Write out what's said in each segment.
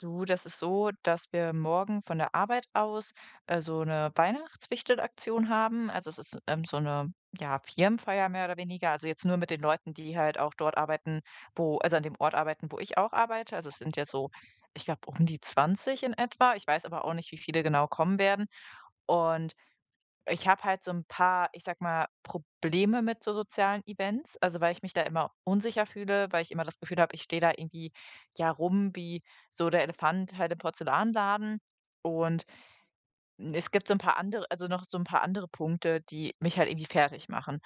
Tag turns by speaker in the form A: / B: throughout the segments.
A: Du, das ist so, dass wir morgen von der Arbeit aus so eine Weihnachtswichtelaktion haben. Also es ist so eine, ja, Firmenfeier mehr oder weniger. Also jetzt nur mit den Leuten, die halt auch dort arbeiten, also an dem Ort arbeiten, wo ich auch arbeite. Also es sind jetzt so, ich glaube, um die 20 in etwa. Ich weiß aber auch nicht, wie viele genau kommen werden. Und ich habe halt so ein paar, ich sag mal, Probleme mit so sozialen Events, also, weil ich mich da immer unsicher fühle, weil ich immer das Gefühl habe, ich stehe da irgendwie, ja, rum wie so der Elefant halt im Porzellanladen. Und es gibt so ein paar andere noch so ein paar andere Punkte, die mich halt irgendwie fertig machen.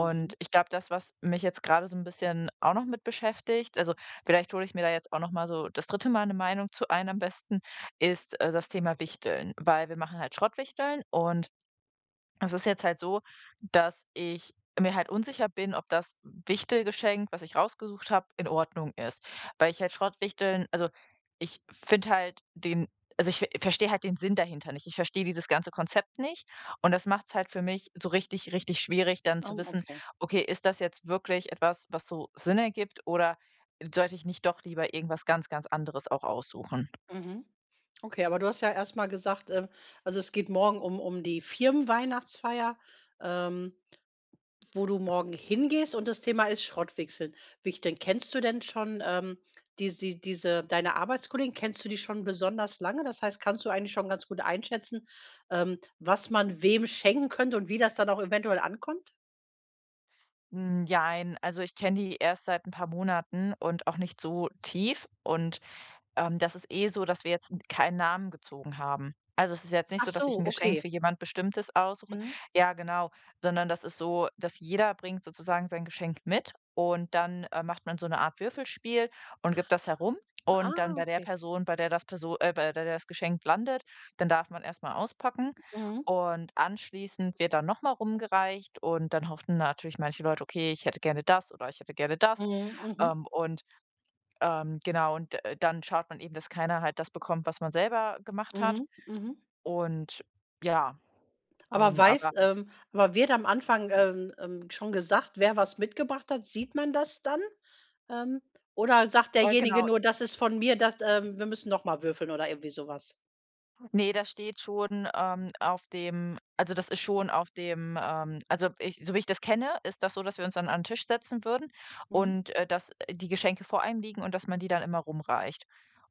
B: Mhm.
A: ich glaube, das, was mich jetzt gerade so ein bisschen auch noch mit beschäftigt, also, vielleicht hole ich mir da jetzt auch noch mal so das dritte Mal eine Meinung zu ein am besten, ist, das Thema Wichteln, weil wir machen halt Schrottwichteln und es ist jetzt halt so, dass ich mir halt unsicher bin, ob das Wichtelgeschenk, was ich rausgesucht habe, in Ordnung ist. Weil ich halt Schrottwichteln also, ich finde halt den ich verstehe halt den Sinn dahinter nicht. Ich verstehe dieses ganze Konzept nicht und das macht es halt für mich so richtig, richtig schwierig, dann zu
B: Oh,
A: wissen:
B: okay.
A: „Okay, ist das jetzt wirklich etwas, was so Sinn ergibt oder sollte ich nicht doch lieber irgendwas ganz, ganz anderes auch aussuchen?"
B: Mhm. Okay, aber du hast ja erst mal gesagt, also, es geht morgen um die Firmenweihnachtsfeier, ähm, wo du morgen hingehst und das Thema ist Schrottwechseln. Wie ich denn Kennst du denn schon, diese deine Arbeitskollegen, kennst du die schon besonders lange? Das heißt, kannst du eigentlich schon ganz gut einschätzen, was man wem schenken könnte und wie das dann auch eventuell ankommt?
A: Hm, also, ich kenne die erst seit ein paar Monaten und auch nicht so tief. Und das ist eh so, dass wir jetzt n keinen Namen gezogen haben. Also, es ist jetzt nicht
B: Ach
A: so, dass ich
B: so,
A: ein Geschenk
B: okay.
A: für jemand Bestimmtes aussuche.
B: Mhm.
A: Ja, genau, sondern das ist so, dass jeder bringt sozusagen sein Geschenk mit und dann, macht man so eine Art Würfelspiel und gibt das herum und dann
B: Ah,
A: bei der
B: okay.
A: Person, bei der das Geschenk landet, dann darf man erstmal auspacken
B: Mhm.
A: und anschließend wird dann nochmal rumgereicht und dann hoffen natürlich manche Leute: „Okay, ich hätte gerne das oder ich hätte gerne das."
B: Mhm, mhm,
A: Ähm, und genau, und, dann schaut man eben, dass keiner halt das bekommt, was man selber gemacht hat.
B: mhm, mhm.
A: Und ja, aber
B: Aber wird am Anfang, schon gesagt, wer was mitgebracht hat? Sieht man das dann? Ähm, oder sagt derjenige
A: genau.
B: nur: „Das ist von mir, das wir müssen noch mal würfeln" oder irgendwie sowas?
A: Nee, das steht schon, auf dem, also, das ist schon auf dem, also, ich so wie ich das kenne, ist das so, dass wir uns dann an 'n Tisch setzen würden
B: Mhm.
A: und, dass, die Geschenke vor einem liegen und dass man die dann immer rumreicht.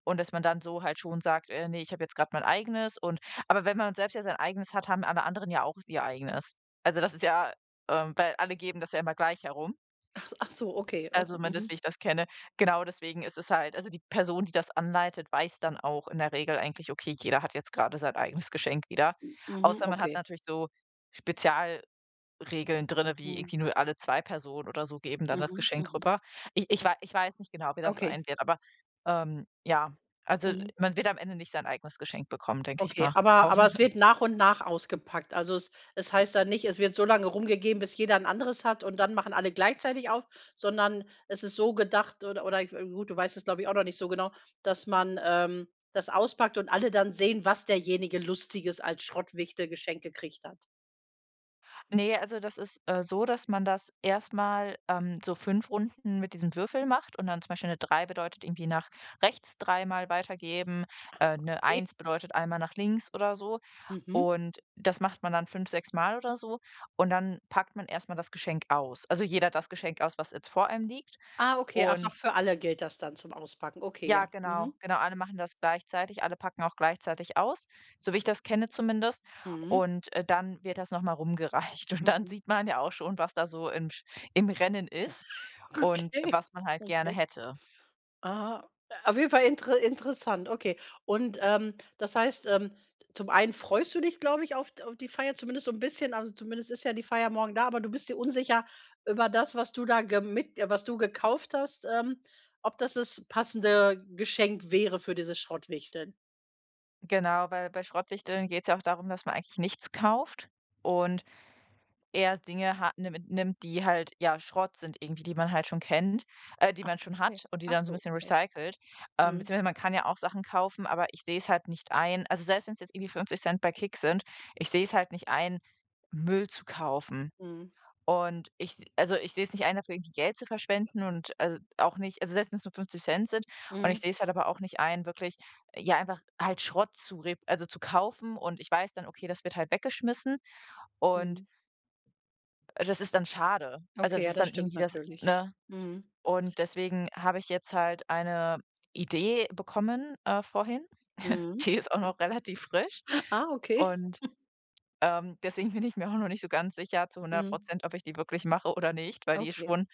A: Und dass man dann so halt schon sagt: ne, ich habe jetzt gerade mein eigenes" und aber wenn man selbst ja sein eigenes hat, haben alle anderen ja auch ihr eigenes. Also, das ist ja, weil alle geben das ja immer gleich herum.
B: Ach so, okay. Ok,
A: Also, zumindest
B: mhm,
A: wie ich das kenne. Genau, deswegen ist es halt, also, die Person, die das anleitet, weiß dann auch in der Regel eigentlich: „Okay, jeder hat jetzt gerade sein eigenes Geschenk wieder."
B: mhm,
A: Außer man hat
B: okay.
A: natürlich so Spezialregeln drinne, wie
B: Mhm,
A: irgendwie nur alle 2 Personen oder so geben dann das
B: mhm,
A: Geschenk
B: mhm.
A: rüber. Ich weiß nicht genau, wie das
B: Okay.
A: sein wird, aber, ja, also,
B: Mhm.
A: man wird am Ende nicht sein eigenes Geschenk bekommen, denke ich
B: Okay,
A: mal.
B: aber
A: Hoffen.
B: es wird nach und nach ausgepackt. Also, es heißt dann nicht, es wird so lange rumgegeben, bis jeder ein anderes hat und dann machen alle gleichzeitig auf, sondern es ist so gedacht oder ich gut, du weißt es, glaube ich, auch noch nicht so genau, dass man, das auspackt und alle dann sehen, was derjenige Lustiges als Schrottwichte geschenkt gekriegt hat.
A: Ne, also das ist, so, dass man das erstmal so 5 Runden mit diesem Würfel macht und dann zum Beispiel eine drei bedeutet irgendwie nach rechts dreimal weitergeben, 'ne
B: Okay.
A: 1 bedeutet einmal nach links oder so.
B: Mhm.
A: Und das macht man dann fünf sechs mal oder so und dann packt man erstmal das Geschenk aus. Also jeder das Geschenk aus, was jetzt vor einem liegt
B: Ah, okay, ach, noch
A: und,
B: für alle gilt das dann zum Auspacken. Okay, ja.
A: ja,
B: Mhm.
A: genau, genau. Alle machen das gleichzeitig, alle packen auch gleichzeitig aus, so wie ich das kenne zumindest.
B: Mhm.
A: Und, dann wird das noch mal rumgereicht und dann
B: Mhm.
A: sieht man ja auch schon, was da so im Rennen ist und
B: Okay.
A: was man halt gerne
B: Okay.
A: hätte.
B: Aha, auf jeden Fall interessant, okay. Und, das heißt, zum einen freust du dich, glaube ich, auf die Feier zumindest so ein bisschen, also, zumindest ist ja die Feier morgen da, aber du bist dir unsicher über das, was du da ge mit was du gekauft hast, ob das das passende Geschenk wäre für diese Schrottwichteln.
A: Genau, weil bei Schrottwichteln geht es ja auch darum, dass man eigentlich nichts kauft und eher Dinge ha nimm nimmt, die halt, ja, Schrott sind irgendwie, die man halt schon kennt, die
B: Ach,
A: man schon
B: okay.
A: hat und die
B: Ach
A: dann so ein
B: so,
A: bisschen
B: okay.
A: recycelt.
B: Mhm,
A: Beziehungsweise man kann ja auch Sachen kaufen, aber ich sehe es halt nicht ein, also, selbst wenn es jetzt irgendwie 50 bei Kick sind, ich sehe es halt nicht ein, Müll zu kaufen.
B: mhm,
A: Und ich s also, ich sehe es nicht ein, dafür irgendwie Geld zu verschwenden und, also, auch nicht, also, selbst wenn es nur 50 sind und
B: mhm,
A: ich sehe es halt aber auch nicht ein, wirklich, ja, einfach halt Schrott zu rep also, zu kaufen und ich weiß dann, okay, das wird halt weggeschmissen und
B: mhm.
A: das ist dann schade. Also,
B: Okay,
A: das
B: ja,
A: ist
B: das
A: dann
B: stimmt
A: irgendwie das,
B: natürlich.
A: ne?
B: Mhm,
A: Und deswegen habe ich jetzt halt eine Idee bekommen, vorhin.
B: mhm.
A: Die ist auch noch relativ frisch
B: Ah, okay.
A: und, deswegen bin ich mir auch noch nicht so ganz sicher zu hundert
B: Mhm,
A: Prozent, ob ich die wirklich mache oder nicht, weil die
B: okay.
A: schon,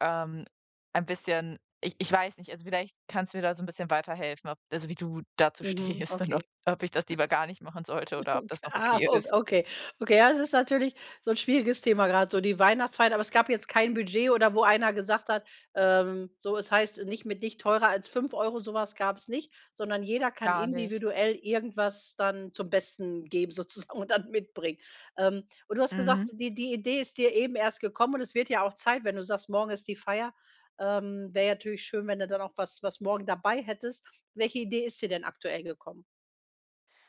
A: ähm, ein bisschen, ich weiß nicht, also, vielleicht kannst du mir da so ein bisschen weiterhelfen, ob also, wie du dazu
B: Mhm,
A: stehst und
B: okay.
A: ob ich das lieber gar nicht machen sollte oder ob das noch
B: Ah,
A: okay
B: o
A: ist.
B: okay. Okay, ja, es ist natürlich so ein schwieriges Thema, gerade so die Weihnachtszeit, aber es gab jetzt kein Budget oder wo einer gesagt hat, so, es heißt, nicht teurer als 5 Euro, sowas gab es nicht, sondern jeder kann
A: Gar nicht.
B: individuell irgendwas dann zum Besten geben sozusagen und dann mitbringen. Und du hast gesagt,
A: Mhm.
B: die Idee ist dir eben erst gekommen und es wird ja auch Zeit, wenn du sagst, morgen ist die Feier. Wäre ja natürlich schön, wenn du dann auch was morgen dabei hättest. Welche Idee ist dir denn aktuell gekommen?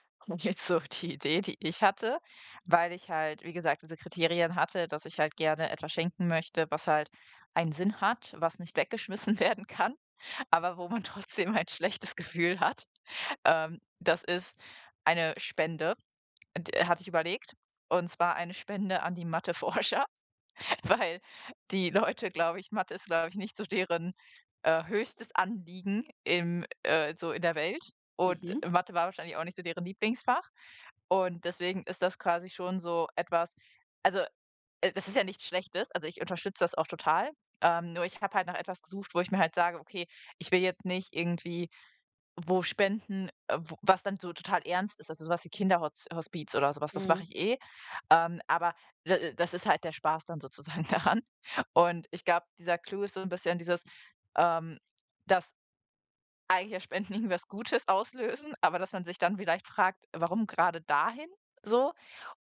A: Und jetzt so die Idee, die ich hatte, weil ich halt, wie gesagt, diese Kriterien hatte, dass ich halt gerne etwas schenken möchte, was halt einen Sinn hat, was nicht weggeschmissen werden kann, aber wo man trotzdem ein schlechtes Gefühl hat. Das ist eine Spende, hatte ich überlegt, und zwar eine Spende an die Matheforscher. Weil die Leute, glaube ich, Mathe ist, glaube ich, nicht so deren, höchstes Anliegen im so in der Welt und
B: Mhm,
A: Mathe war wahrscheinlich auch nicht so deren Lieblingsfach und deswegen ist das quasi schon so etwas, also, das ist ja nichts Schlechtes, also, ich unterstütze das auch total, nur ich habe halt nach etwas gesucht, wo ich mir halt sage: „Okay, ich will jetzt nicht irgendwie wo Spenden w was dann so total ernst ist, also so was wie Kinderhotz oder sowas, das mache
B: mhm,
A: ich eh. Aber da das ist halt der Spaß dann sozusagen daran. Und ich glaube, dieser Clou ist so ein bisschen dieses, ähm, dass eigentlich ja Spenden irgendwas Gutes auslösen, aber dass man sich dann vielleicht fragt: „Warum gerade dahin?" So.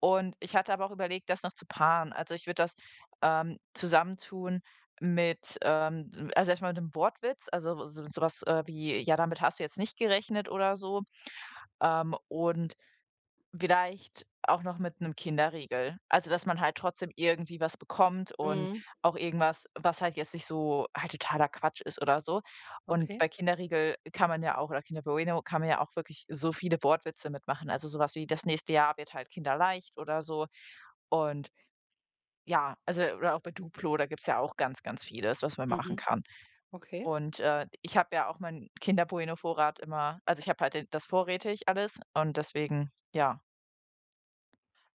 A: Und ich hatte aber auch überlegt, das noch zu paaren. Also, ich würde das, zusammentun mit, also, erstmal mit einem Wortwitz, also, so wie: „Ja, damit hast du jetzt nicht gerechnet" oder so. Und vielleicht auch noch mit einem Kinderriegel. Also, dass man halt trotzdem irgendwie was bekommt und
B: mhm.
A: auch irgendwas, was halt jetzt nicht so halt totaler Quatsch ist oder so. Und
B: Okay.
A: bei Kinderriegel kann man ja auch oder Kinder Bueno kann man ja auch wirklich so viele Wortwitze mitmachen. Also, sowas wie: „Das nächste Jahr wird halt kinderleicht" oder so. Und ja, also oder auch bei Duplo, da gibt's ja auch ganz, ganz vieles, was man machen
B: Mhm.
A: kann.
B: Okay.
A: Und, ich habe ja auch meinen Kinder Bueno Vorrat immer, also, ich habe halt den das vorrätig alles und deswegen, ja.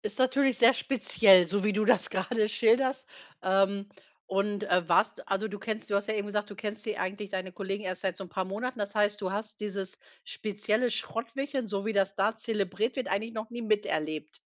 B: Ist natürlich sehr speziell, so wie du das gerade schilderst. Ähm, und, du hast ja eben gesagt, du kennst die eigentlich deine Kollegen erst seit so ein paar Monaten. Das heißt, du hast dieses spezielle Schrottwichteln, so wie das da zelebriert wird, eigentlich noch nie miterlebt?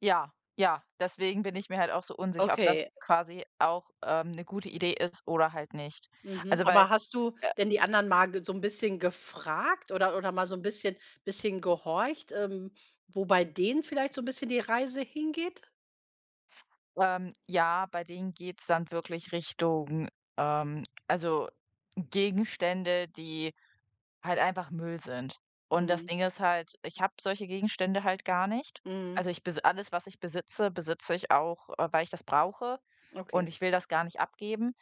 A: Ja, ja, deswegen bin ich mir halt auch so unsicher, ob das
B: Okay.
A: quasi auch, 'ne gute Idee ist oder halt nicht.
B: Mhm.
A: Also,
B: Aber
A: weil,
B: hast du
A: äh,
B: denn die anderen mal ge so ein bisschen gefragt oder mal so ein bisschen gehorcht, wo bei denen vielleicht so ein bisschen die Reise hingeht?
A: ja, bei denen geht's dann wirklich Richtung, also, Gegenstände, die halt einfach Müll sind. Und das
B: Mhm.
A: Ding ist halt, ich habe solche Gegenstände halt gar nicht.
B: Mhm.
A: Also, ich besi alles, was ich besitze, besitze ich auch, weil ich das brauche
B: Okay.
A: und ich will das gar nicht abgeben.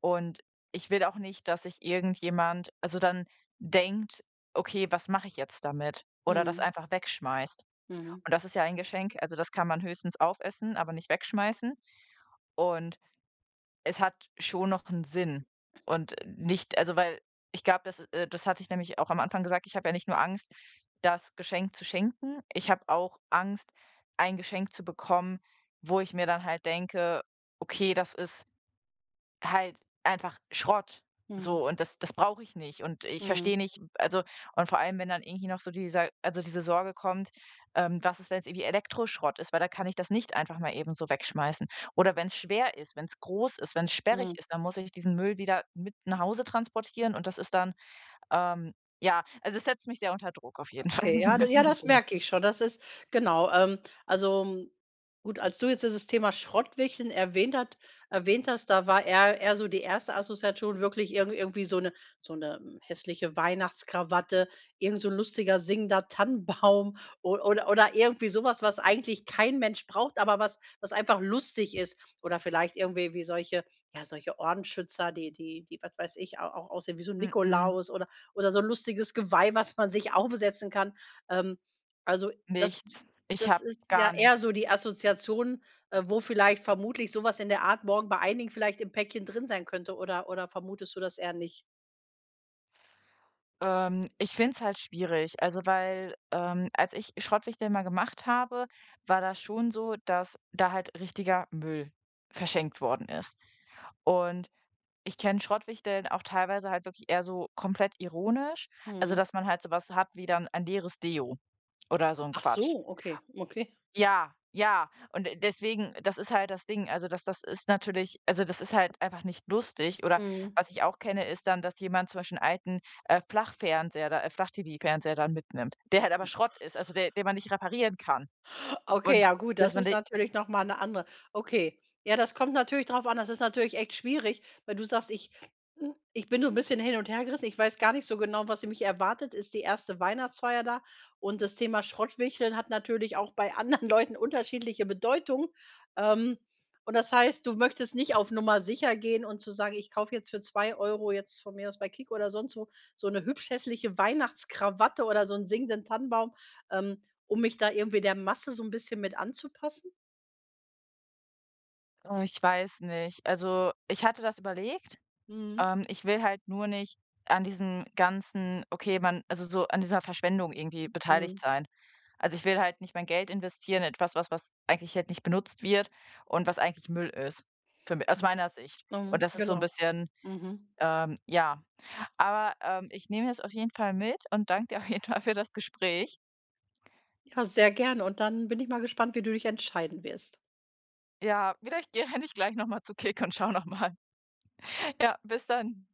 A: Und ich will auch nicht, dass sich irgendjemand, also, dann denkt: „Okay, was mache ich jetzt damit?" Oder das
B: Mhm.
A: einfach wegschmeißt.
B: Mhm.
A: Und das ist ja ein Geschenk, also, das kann man höchstens aufessen, aber nicht wegschmeißen. Und es hat schon noch einen Sinn und nicht, also, weil ich glaube, das hatte ich nämlich auch am Anfang gesagt, ich habe ja nicht nur Angst, das Geschenk zu schenken, ich habe auch Angst, ein Geschenk zu bekommen, wo ich mir dann halt denke: „Okay, das ist" halt einfach Schrott,
B: Mhm,
A: so, und das brauche ich nicht und ich
B: mhm,
A: verstehe nicht, also, und vor allem, wenn dann irgendwie noch so dieser, also, diese Sorge kommt, was ist, wenn es irgendwie Elektroschrott ist, weil da kann ich das nicht einfach mal eben so wegschmeißen. Oder wenn es schwer ist, wenn es groß ist, wenn es sperrig
B: mhm.
A: ist, dann muss ich diesen Müll wieder mit nach Hause transportieren und das ist dann, ähm ja, also es setzt mich sehr unter Druck auf jeden Fall,
B: Okay,
A: sagen
B: ja, d
A: wir's
B: ja,
A: mal
B: das
A: so.
B: merke ich schon. Das ist genau, also, gut, als du jetzt dieses Thema Schrottwichteln erwähnt hast, da war eher so die erste Assoziation wirklich irgendwie so eine hässliche Weihnachtskrawatte, irgend so 'n lustiger singender Tannenbaum, o oder irgendwie sowas, was eigentlich kein Mensch braucht, aber was einfach lustig ist. Oder vielleicht irgendwie wie solche, ja, solche Ordensschützer, die, was weiß ich, au auch aussehen wie so 'n
A: Mm,
B: Nikolaus oder so 'n lustiges Geweih, was man sich aufsetzen kann. Ähm, also, das
A: nichts. Ich
B: das
A: habe
B: ist ja
A: gar
B: eher so
A: nichts.
B: die Assoziation, wo vielleicht vermutlich sowas in der Art morgen bei einigen vielleicht im Päckchen drin sein könnte, oder vermutest du das eher nicht?
A: Ich finde es halt schwierig. Also, weil, als ich Schrottwichteln mal gemacht habe, war das schon so, dass da halt richtiger Müll verschenkt worden ist. Und ich kenne Schrottwichteln auch teilweise halt wirklich eher so komplett ironisch. Also,
B: Mhm.
A: dass man halt so was hat wie dann ein leeres Deo oder so ein
B: Ach
A: Quatsch.
B: so, okay, okay.
A: Ja, ja. Und d deswegen, das ist halt das Ding. Also, das ist natürlich, also, das ist halt einfach nicht lustig. Oder
B: Mhm.
A: was ich auch kenne, ist dann, dass jemand zum Beispiel einen alten, Flachfernseher da Flach-TV-Fernseher dann mitnimmt, der halt aber Schrott ist, also, der den man nicht reparieren kann.
B: Okay,
A: Und
B: ja gut,
A: dass
B: das
A: man
B: ist
A: de
B: natürlich noch mal eine andere. Okay. Ja, das kommt natürlich drauf an. Das ist natürlich echt schwierig, weil du sagst: „Ich bin so ein bisschen hin und hergerissen. Ich weiß gar nicht so genau, was mich erwartet." Ist die erste Weihnachtsfeier da und das Thema Schrottwichteln hat natürlich auch bei anderen Leuten unterschiedliche Bedeutung. Ähm, und das heißt, du möchtest nicht auf Nummer sicher gehen und zu sagen: „Ich kaufe jetzt für 2 Euro, jetzt von mir aus bei Kick oder sonst wo, so eine hübsch hässliche Weihnachtskrawatte oder so einen singenden Tannenbaum." Ähm, um mich da irgendwie der Masse so 'n bisschen mit anzupassen?
A: oh, ich weiß nicht. Also, ich hatte das überlegt.
B: Mhm.
A: Ich will halt nur nicht an diesem ganzen, okay, man, also, so an dieser Verschwendung irgendwie beteiligt
B: Mhm.
A: sein. Also, ich will halt nicht mein Geld investieren in etwas, was eigentlich halt nicht benutzt wird und was eigentlich Müll ist für mi aus
B: Mhm.
A: meiner Sicht. Und
B: Mhm,
A: das ist so ein
B: genau.
A: bisschen,
B: Mhm.
A: ja. Aber, ich nehme das auf jeden Fall mit und danke dir auf jeden Fall für das Gespräch.
B: Ja, sehr gerne und dann bin ich mal gespannt, wie du dich entscheiden wirst.
A: Ja, vielleicht gehe ich gleich noch mal zu Kick und schau noch mal. Ja, bis dann.